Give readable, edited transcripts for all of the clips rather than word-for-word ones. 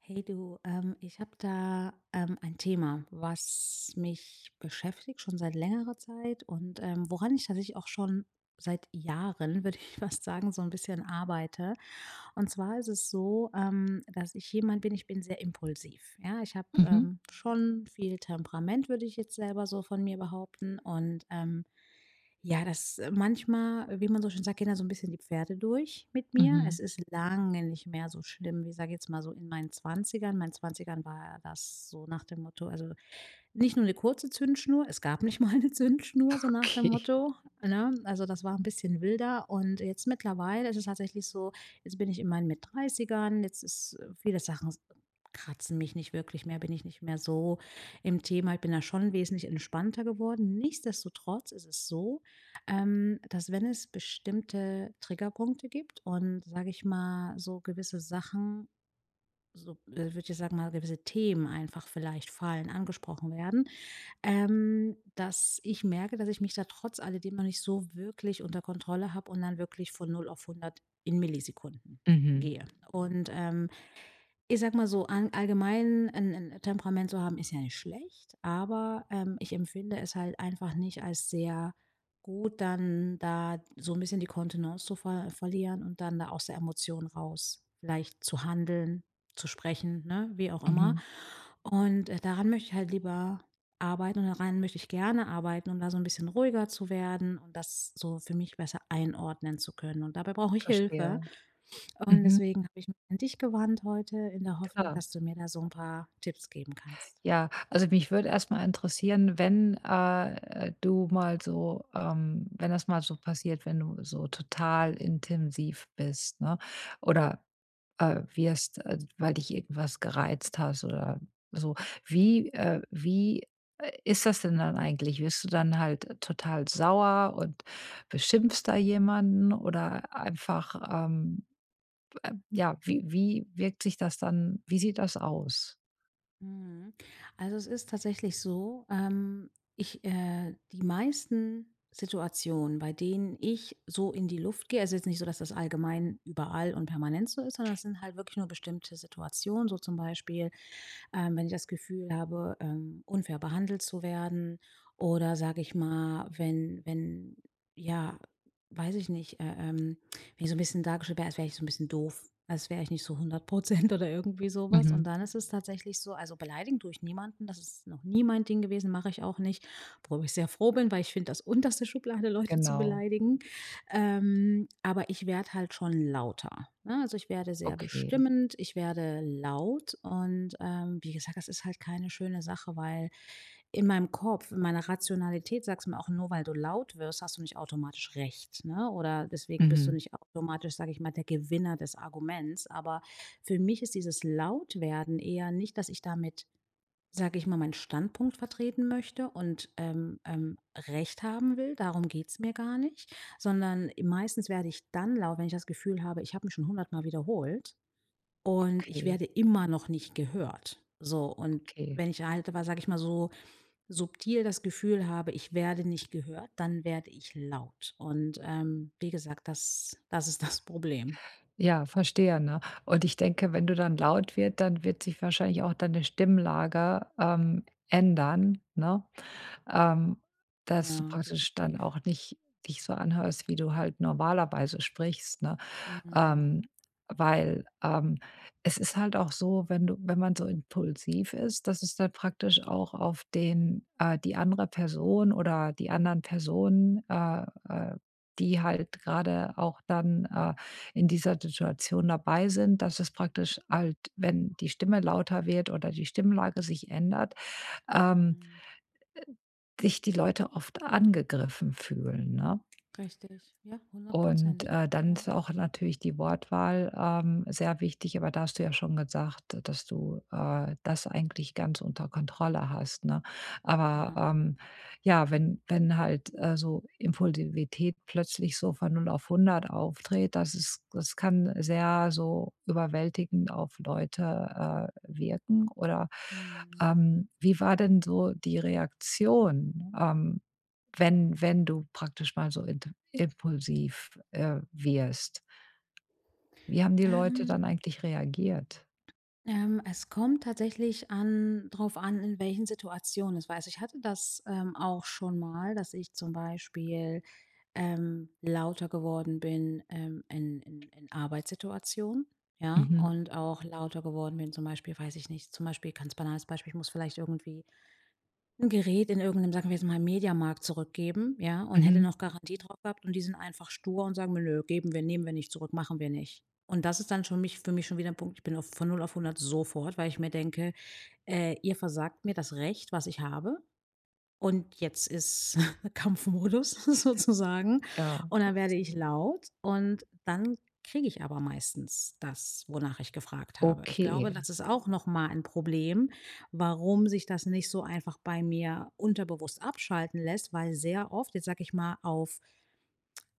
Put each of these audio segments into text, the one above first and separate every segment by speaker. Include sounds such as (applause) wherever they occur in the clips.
Speaker 1: Hey du, ich habe da ein Thema, was mich beschäftigt, schon seit längerer Zeit und woran ich tatsächlich auch schon seit Jahren, (laughs) würde ich fast sagen, so ein bisschen arbeite. Und zwar ist es so, dass ich jemand bin, ich bin sehr impulsiv. Ja, ich habe
Speaker 2: Mhm,
Speaker 1: schon viel Temperament, würde ich jetzt selber so von mir behaupten. Und ja, das manchmal, wie man so schön sagt, gehen da so ein bisschen die Pferde durch mit mir. Es
Speaker 2: mhm.
Speaker 1: ist lange nicht mehr so schlimm, wie, sage ich jetzt mal, so in meinen Zwanzigern. In meinen Zwanzigern war das so nach dem Motto, also nicht nur eine kurze Zündschnur, es gab nicht (laughs) mal eine Zündschnur, so nach dem
Speaker 2: Okay.
Speaker 1: Motto, ne? Also, das war ein bisschen wilder, und jetzt mittlerweile ist es tatsächlich so, jetzt bin ich in meinen mit Dreißigern, jetzt ist viele Sachen kratzen mich nicht wirklich mehr, bin ich nicht mehr so im Thema. Ich bin da schon wesentlich entspannter geworden. Nichtsdestotrotz ist es so, dass, wenn es bestimmte Triggerpunkte gibt und, sage ich mal, so gewisse Sachen, so, würde ich sagen mal, gewisse Themen einfach vielleicht fallen, angesprochen werden, dass ich merke, dass ich mich da trotz alledem noch nicht so wirklich unter Kontrolle habe und dann wirklich von 0 auf 100 in Millisekunden
Speaker 2: Mhm.
Speaker 1: gehe. Und, ich sag mal so, an allgemein ein 'n Temperament zu haben, ist ja nicht schlecht, aber, ich empfinde es halt einfach nicht als sehr gut, dann da so ein bisschen die Kontenance zu verlieren und dann da aus der Emotion raus vielleicht zu handeln, zu sprechen, ne, wie auch immer.
Speaker 2: Mhm,
Speaker 1: Und, daran möchte ich halt lieber arbeiten, und daran möchte ich gerne arbeiten, um da so ein bisschen ruhiger zu werden und das so für mich besser einordnen zu können. Und dabei brauche ich Hilfe.
Speaker 2: verstehe.
Speaker 1: Und
Speaker 2: Mhm,
Speaker 1: deswegen habe ich mich an dich gewandt heute, in der Hoffnung,
Speaker 2: klar.
Speaker 1: dass du mir da so ein paar Tipps geben kannst.
Speaker 2: Ja, also mich würde erstmal interessieren, wenn, du mal so wenn das mal so passiert, wenn du so total intensiv bist, ne? Oder, wirst, weil dich irgendwas gereizt hast oder so. Wie ist das denn dann eigentlich? Wirst du dann halt total sauer und beschimpfst da jemanden oder einfach, ja, wie wirkt sich das dann, wie sieht das aus?
Speaker 1: Mhm. Also, es ist tatsächlich so, ich die meisten Situationen, bei denen ich so in die Luft gehe, also jetzt nicht so, dass das allgemein überall und permanent so ist, sondern es sind halt wirklich nur bestimmte Situationen, so zum Beispiel wenn ich das Gefühl habe, unfair behandelt zu werden, oder, sage ich mal, wenn ja, weiß ich nicht, wenn ich so ein bisschen dargestellt wäre, als wäre ich so ein bisschen doof, als wäre ich nicht so 100% (laughs) oder irgendwie sowas. Und
Speaker 2: Mhm.
Speaker 1: dann ist es tatsächlich so, also beleidigen tue ich niemanden, das ist noch nie mein Ding gewesen, mache ich auch nicht, worüber ich sehr froh bin, weil ich finde das unterste Schublade, Leute zu
Speaker 2: Genau,
Speaker 1: beleidigen. Aber ich werde halt schon lauter, ne? Also, ich werde sehr
Speaker 2: okay.
Speaker 1: bestimmend, ich werde laut, und, wie gesagt, das ist halt keine schöne Sache, weil in meinem Kopf, in meiner Rationalität, sagst du mir auch: „Nur weil du laut wirst, hast du nicht automatisch recht“, ne? Oder deswegen bist du
Speaker 2: Mhm.
Speaker 1: nicht automatisch, sage ich mal, der Gewinner des Arguments. Aber für mich ist dieses Lautwerden eher nicht, dass ich damit, sage ich mal, meinen Standpunkt vertreten möchte und, Recht haben will. Darum geht's mir gar nicht, sondern meistens werde ich dann laut, wenn ich das Gefühl habe, ich habe mich schon hundertmal wiederholt und ich
Speaker 2: Okay,
Speaker 1: werde immer noch nicht gehört. So, und
Speaker 2: okay.
Speaker 1: wenn ich halt aber, sage ich mal, so subtil das Gefühl habe, ich werde nicht gehört, dann werde ich laut. Und, wie gesagt, das ist das Problem.
Speaker 2: Ja, verstehe, ne? Und ich denke, wenn du dann laut wird, dann wird sich wahrscheinlich auch deine Stimmlage, ändern, ne? Ähm, dass du
Speaker 1: Ja,
Speaker 2: praktisch dann
Speaker 1: definitiv.
Speaker 2: auch nicht dich so anhörst, wie du halt normalerweise sprichst, ne?
Speaker 1: Mhm.
Speaker 2: Ähm, Weil, es ist halt auch so, wenn man so impulsiv ist, dass es dann praktisch auch auf den die andere Person oder die anderen Personen, äh, die halt gerade auch dann, in dieser Situation dabei sind, dass es praktisch
Speaker 1: Mhm.
Speaker 2: halt, wenn die Stimme lauter wird oder die Stimmlage sich ändert, ähm,
Speaker 1: Mhm.
Speaker 2: sich die Leute oft angegriffen fühlen, ne?
Speaker 1: Richtig. Ja, hundert
Speaker 2: Und,
Speaker 1: Prozent.
Speaker 2: dann
Speaker 1: Ja.
Speaker 2: ist auch natürlich die Wortwahl, sehr wichtig, aber da hast du ja schon gesagt, dass du, das eigentlich ganz unter Kontrolle hast, ne? Aber,
Speaker 1: Ja.
Speaker 2: ja, wenn halt, so Impulsivität plötzlich so von null auf hundert auftritt, das kann sehr so überwältigend auf Leute, wirken oder,
Speaker 1: Mhm.
Speaker 2: wie war denn so die Reaktion? Wenn du praktisch mal so int impulsiv, wirst. Wie haben die Leute dann
Speaker 1: Ähm,
Speaker 2: eigentlich reagiert?
Speaker 1: es kommt tatsächlich an drauf an, in welchen Situationen es war. Also, ich hatte das, auch schon mal, dass ich zum Beispiel, lauter geworden bin, in Arbeitssituationen, ja,
Speaker 2: Mhm,
Speaker 1: und auch lauter geworden bin, zum Beispiel, weiß ich nicht, zum Beispiel ganz banales Beispiel, ich muss vielleicht irgendwie 'n Gerät in irgendeinem, sagen wir jetzt mal, Mediamarkt zurückgeben, ja, und hätte
Speaker 2: mhm,
Speaker 1: noch Garantie drauf gehabt, und die sind einfach stur und sagen mir: „Nö, geben wir nehmen wir nicht zurück, machen wir nicht.“ Und das ist dann schon mich für mich schon wieder 'n Punkt, ich bin auf von 0 auf 100 sofort, weil ich mir denke: Ihr versagt mir das Recht, was ich habe. Und jetzt ist (laughs) Kampfmodus (laughs) sozusagen,
Speaker 2: ja,
Speaker 1: und dann werde
Speaker 2: ist
Speaker 1: ich laut, und dann kriege ich aber meistens das, wonach ich gefragt habe. Ich glaube,
Speaker 2: okay.
Speaker 1: das ist auch noch mal 'n Problem, warum sich das nicht so einfach bei mir unterbewusst abschalten lässt, weil sehr oft, jetzt sage ich mal, auf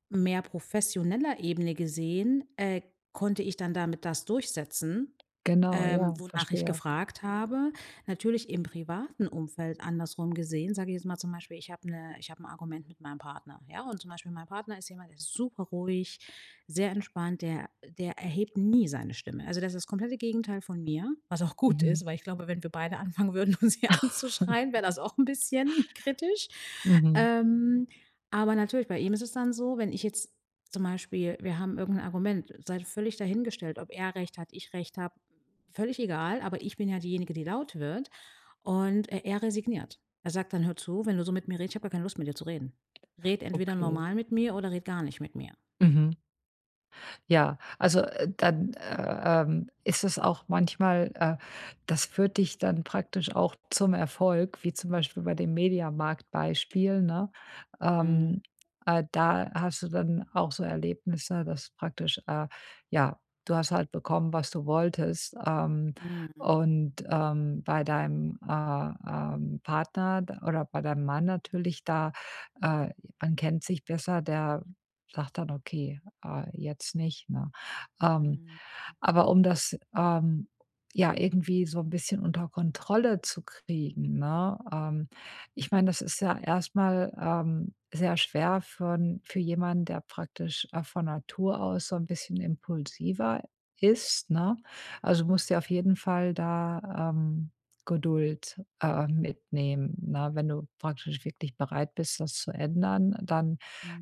Speaker 1: mehr professioneller Ebene gesehen, konnte ich dann damit das durchsetzen,
Speaker 2: Genau, ja,
Speaker 1: wonach ich
Speaker 2: verstehe.
Speaker 1: gefragt habe. Natürlich, im privaten Umfeld andersrum gesehen, sage ich jetzt mal zum Beispiel, ich hab ein Argument mit meinem Partner. Ja? Und zum Beispiel, mein Partner ist jemand, der ist super ruhig, sehr entspannt, der erhebt nie seine Stimme. Also das ist das komplette Gegenteil von mir, was auch gut ist,
Speaker 2: Mhm,
Speaker 1: weil ich glaube, wenn wir beide anfangen würden, (laughs) uns hier anzuschreien, wäre das auch ein bisschen kritisch.
Speaker 2: mhm,
Speaker 1: Ähm, aber natürlich, bei ihm ist es dann so, wenn ich jetzt, zum Beispiel wir haben irgendein Argument, sei völlig dahingestellt, ob er recht hat, ich recht habe, völlig egal, aber ich bin ja diejenige, die laut wird, und, er resigniert. Er sagt dann: „Hör zu, wenn du so mit mir redest, ich habe gar keine Lust, mit dir zu reden. Red entweder
Speaker 2: okay.
Speaker 1: normal mit mir oder red gar nicht mit mir.“
Speaker 2: Mhm. Ja, also, dann, ist es auch manchmal das führt dich dann praktisch auch zum Erfolg, wie zum Beispiel bei dem Mediamarkt-Beispiel, ne?
Speaker 1: Mhm.
Speaker 2: Ähm, Da hast du dann auch so Erlebnisse, dass praktisch, ja, du hast halt bekommen, was du wolltest,
Speaker 1: Mhm.
Speaker 2: und, bei deinem, Partner d oder bei deinem Mann natürlich da, äh man kennt sich besser, der sagt dann: „Okay, jetzt nicht“, ne? Ähm,
Speaker 1: Mhm.
Speaker 2: aber um das, ja, irgendwie so ein bisschen unter Kontrolle zu kriegen, ne? Ich meine, das ist ja erstmal sehr schwer für jemanden, der praktisch, von Natur aus so ein bisschen impulsiver ist, ne? Also, musst dir auf jeden Fall da, Geduld, mitnehmen, ne? Wenn du praktisch wirklich bereit bist, das zu ändern, dann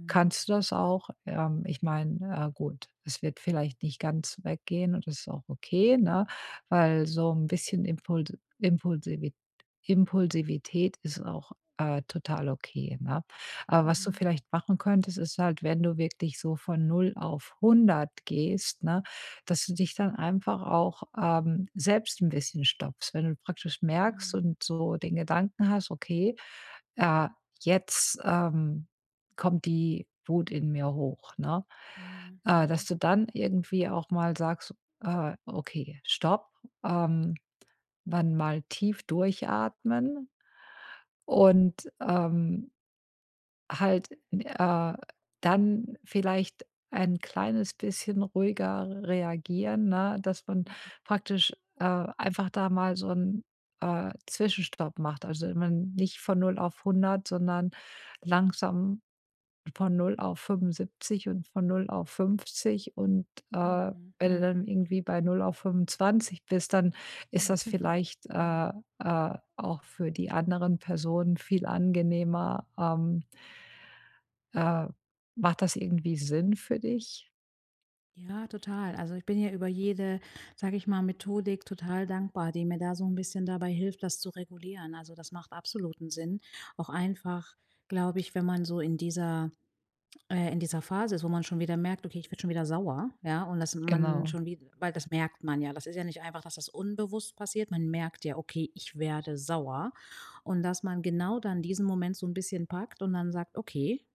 Speaker 2: kannst du das auch? Ich meine, gut, es wird vielleicht nicht ganz weggehen und das ist auch okay, ne? Weil so ein bisschen Impulse Impulsivi Impulsivität ist auch, total okay, ne? Aber was du
Speaker 1: Mhm.
Speaker 2: vielleicht machen könntest, ist halt, wenn du wirklich so von null auf hundert gehst, ne, dass du dich dann einfach auch, selbst ein bisschen stoppst. Wenn du praktisch merkst
Speaker 1: Mhm.
Speaker 2: und so den Gedanken hast: „Okay, äh, jetzt, kommt die Wut in mir hoch, ne?
Speaker 1: Mhm.
Speaker 2: Dass
Speaker 1: Mhm.
Speaker 2: du dann irgendwie auch mal sagst, „Okay, stopp, ähm, wann mal tief durchatmen“ und, halt, äh, dann vielleicht ein kleines bisschen ruhiger reagieren, ne, dass man praktisch, einfach da mal so 'n, Zwischenstopp macht. Also, man nicht von null auf hundert, sondern langsam von null auf 75 und von null auf 50 und,
Speaker 1: Mhm.
Speaker 2: äh, wenn du
Speaker 1: Mhm.
Speaker 2: dann irgendwie bei null auf 25 bist, dann ist
Speaker 1: Mhm.
Speaker 2: das
Speaker 1: Mhm.
Speaker 2: vielleicht,
Speaker 1: Mhm.
Speaker 2: auch für die anderen Personen viel angenehmer. Äh, Macht das irgendwie Sinn für dich?
Speaker 1: Ja, total. Also, ich bin ja über jede, sage ich mal, Methodik total dankbar, die mir da so ein bisschen dabei hilft, das zu regulieren. Also, das macht absoluten Sinn. Auch einfach, glaube ich, wenn man so in dieser Phase ist, wo man schon wieder merkt, okay, ich werde schon wieder sauer, ja, und dass man
Speaker 2: Genau.
Speaker 1: schon wieder, weil das merkt man ja. Das ist ja nicht einfach, dass das unbewusst passiert. Man merkt ja, okay, ich werde sauer. Und dass man genau dann diesen Moment so ein bisschen packt und dann sagt, okay,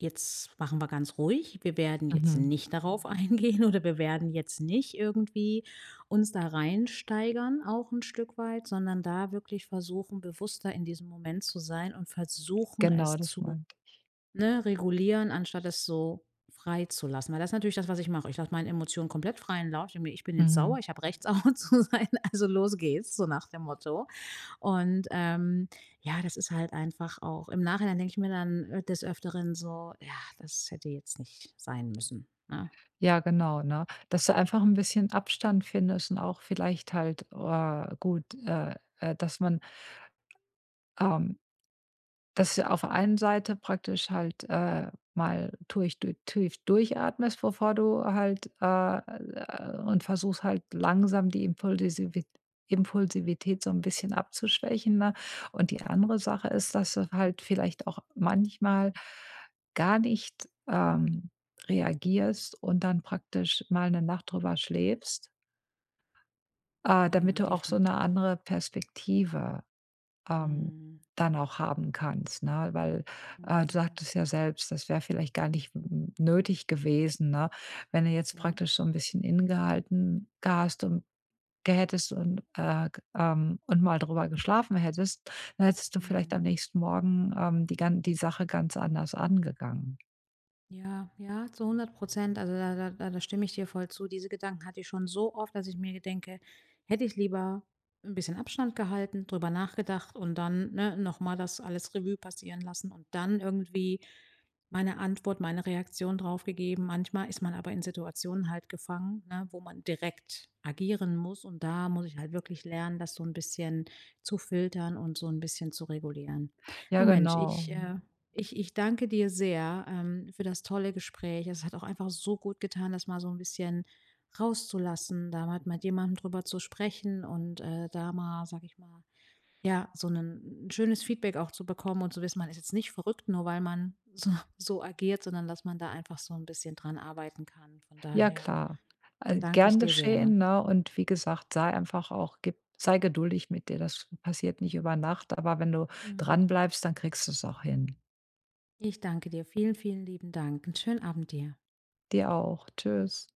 Speaker 1: jetzt machen wir ganz ruhig. Wir werden jetzt
Speaker 2: Mhm.
Speaker 1: nicht darauf (laughs) eingehen, oder wir werden jetzt nicht irgendwie uns da reinsteigern, auch ein Stück weit, sondern da wirklich versuchen, bewusster in diesem Moment zu sein und versuchen,
Speaker 2: Genau,
Speaker 1: es
Speaker 2: das
Speaker 1: zu,
Speaker 2: meint.
Speaker 1: ne, regulieren, anstatt es so frei zu lassen. Weil das ist natürlich das, was ich mache. Ich lasse meine Emotionen komplett freien Lauf. Ich denke mir, ich bin jetzt sauer,
Speaker 2: Mhm.
Speaker 1: ich habe Recht (laughs) sauer zu sein, also los geht's, so nach dem Motto. Und, ja, das ist halt einfach, auch im Nachhinein denke ich mir dann, des Öfteren so: „Ja, das hätte jetzt nicht sein müssen“, ne?
Speaker 2: Ja, genau, ne? Dass du einfach ein bisschen Abstand findest und auch vielleicht halt, gut, dass man, ähm dass du auf der einen Seite praktisch halt, mal tief, durch tief durchatmest, bevor du halt, und versuchst halt langsam die Impulsivität so ein bisschen abzuschwächen, ne? Und die andere Sache ist, dass du halt vielleicht auch manchmal gar nicht, reagierst und dann praktisch mal eine Nacht drüber schläfst, damit
Speaker 1: Ja,
Speaker 2: du auch so eine
Speaker 1: definitiv.
Speaker 2: andere Perspektive ähm,
Speaker 1: Mhm.
Speaker 2: dann auch haben kannst, ne? Weil, du
Speaker 1: Mhm.
Speaker 2: sagtest ja selbst, das wäre vielleicht gar nicht n nötig gewesen, ne? Wenn du jetzt
Speaker 1: Ja.
Speaker 2: praktisch so ein bisschen innegehalten hast und hättest und, g und mal drüber geschlafen hättest, dann hättest du vielleicht am
Speaker 1: Mhm.
Speaker 2: nächsten Morgen, die gan die Sache ganz anders angegangen.
Speaker 1: Ja, ja, zu 100%. Also, da stimme ich dir voll zu. Diese Gedanken hatte ich schon so oft, dass ich mir denke: „Hätte ich lieber ein bisschen Abstand gehalten, drüber nachgedacht und dann, ne, noch mal das alles Revue passieren lassen und dann irgendwie meine Antwort, meine Reaktion drauf gegeben.“ Manchmal ist man aber in Situationen halt gefangen, ne, wo man direkt agieren muss, und da muss ich halt wirklich lernen, das so ein bisschen zu filtern und so ein bisschen zu regulieren. Oh
Speaker 2: Ja,
Speaker 1: Mensch,
Speaker 2: genau.
Speaker 1: ich danke dir sehr, für das tolle Gespräch. Es hat auch einfach so gut getan, das mal so ein bisschen rauszulassen, da mal mit jemandem drüber zu sprechen und, da mal, sage ich mal, ja, so 'nen 'n schönes Feedback auch zu bekommen und zu wissen, man ist jetzt nicht verrückt, nur weil man so agiert, sondern dass man da einfach so ein bisschen dran arbeiten kann. Von
Speaker 2: Ja
Speaker 1: daher
Speaker 2: klar, al
Speaker 1: danke ich
Speaker 2: gern
Speaker 1: dir sehr.
Speaker 2: geschehen, ne? Und wie gesagt, sei einfach auch gib sei geduldig mit dir. Das passiert nicht über Nacht, aber wenn du
Speaker 1: Mhm.
Speaker 2: dranbleibst, dann kriegst du es auch hin.
Speaker 1: Ich danke dir. Vielen, vielen lieben Dank. 'N schönen Abend dir.
Speaker 2: Dir auch. Tschüss.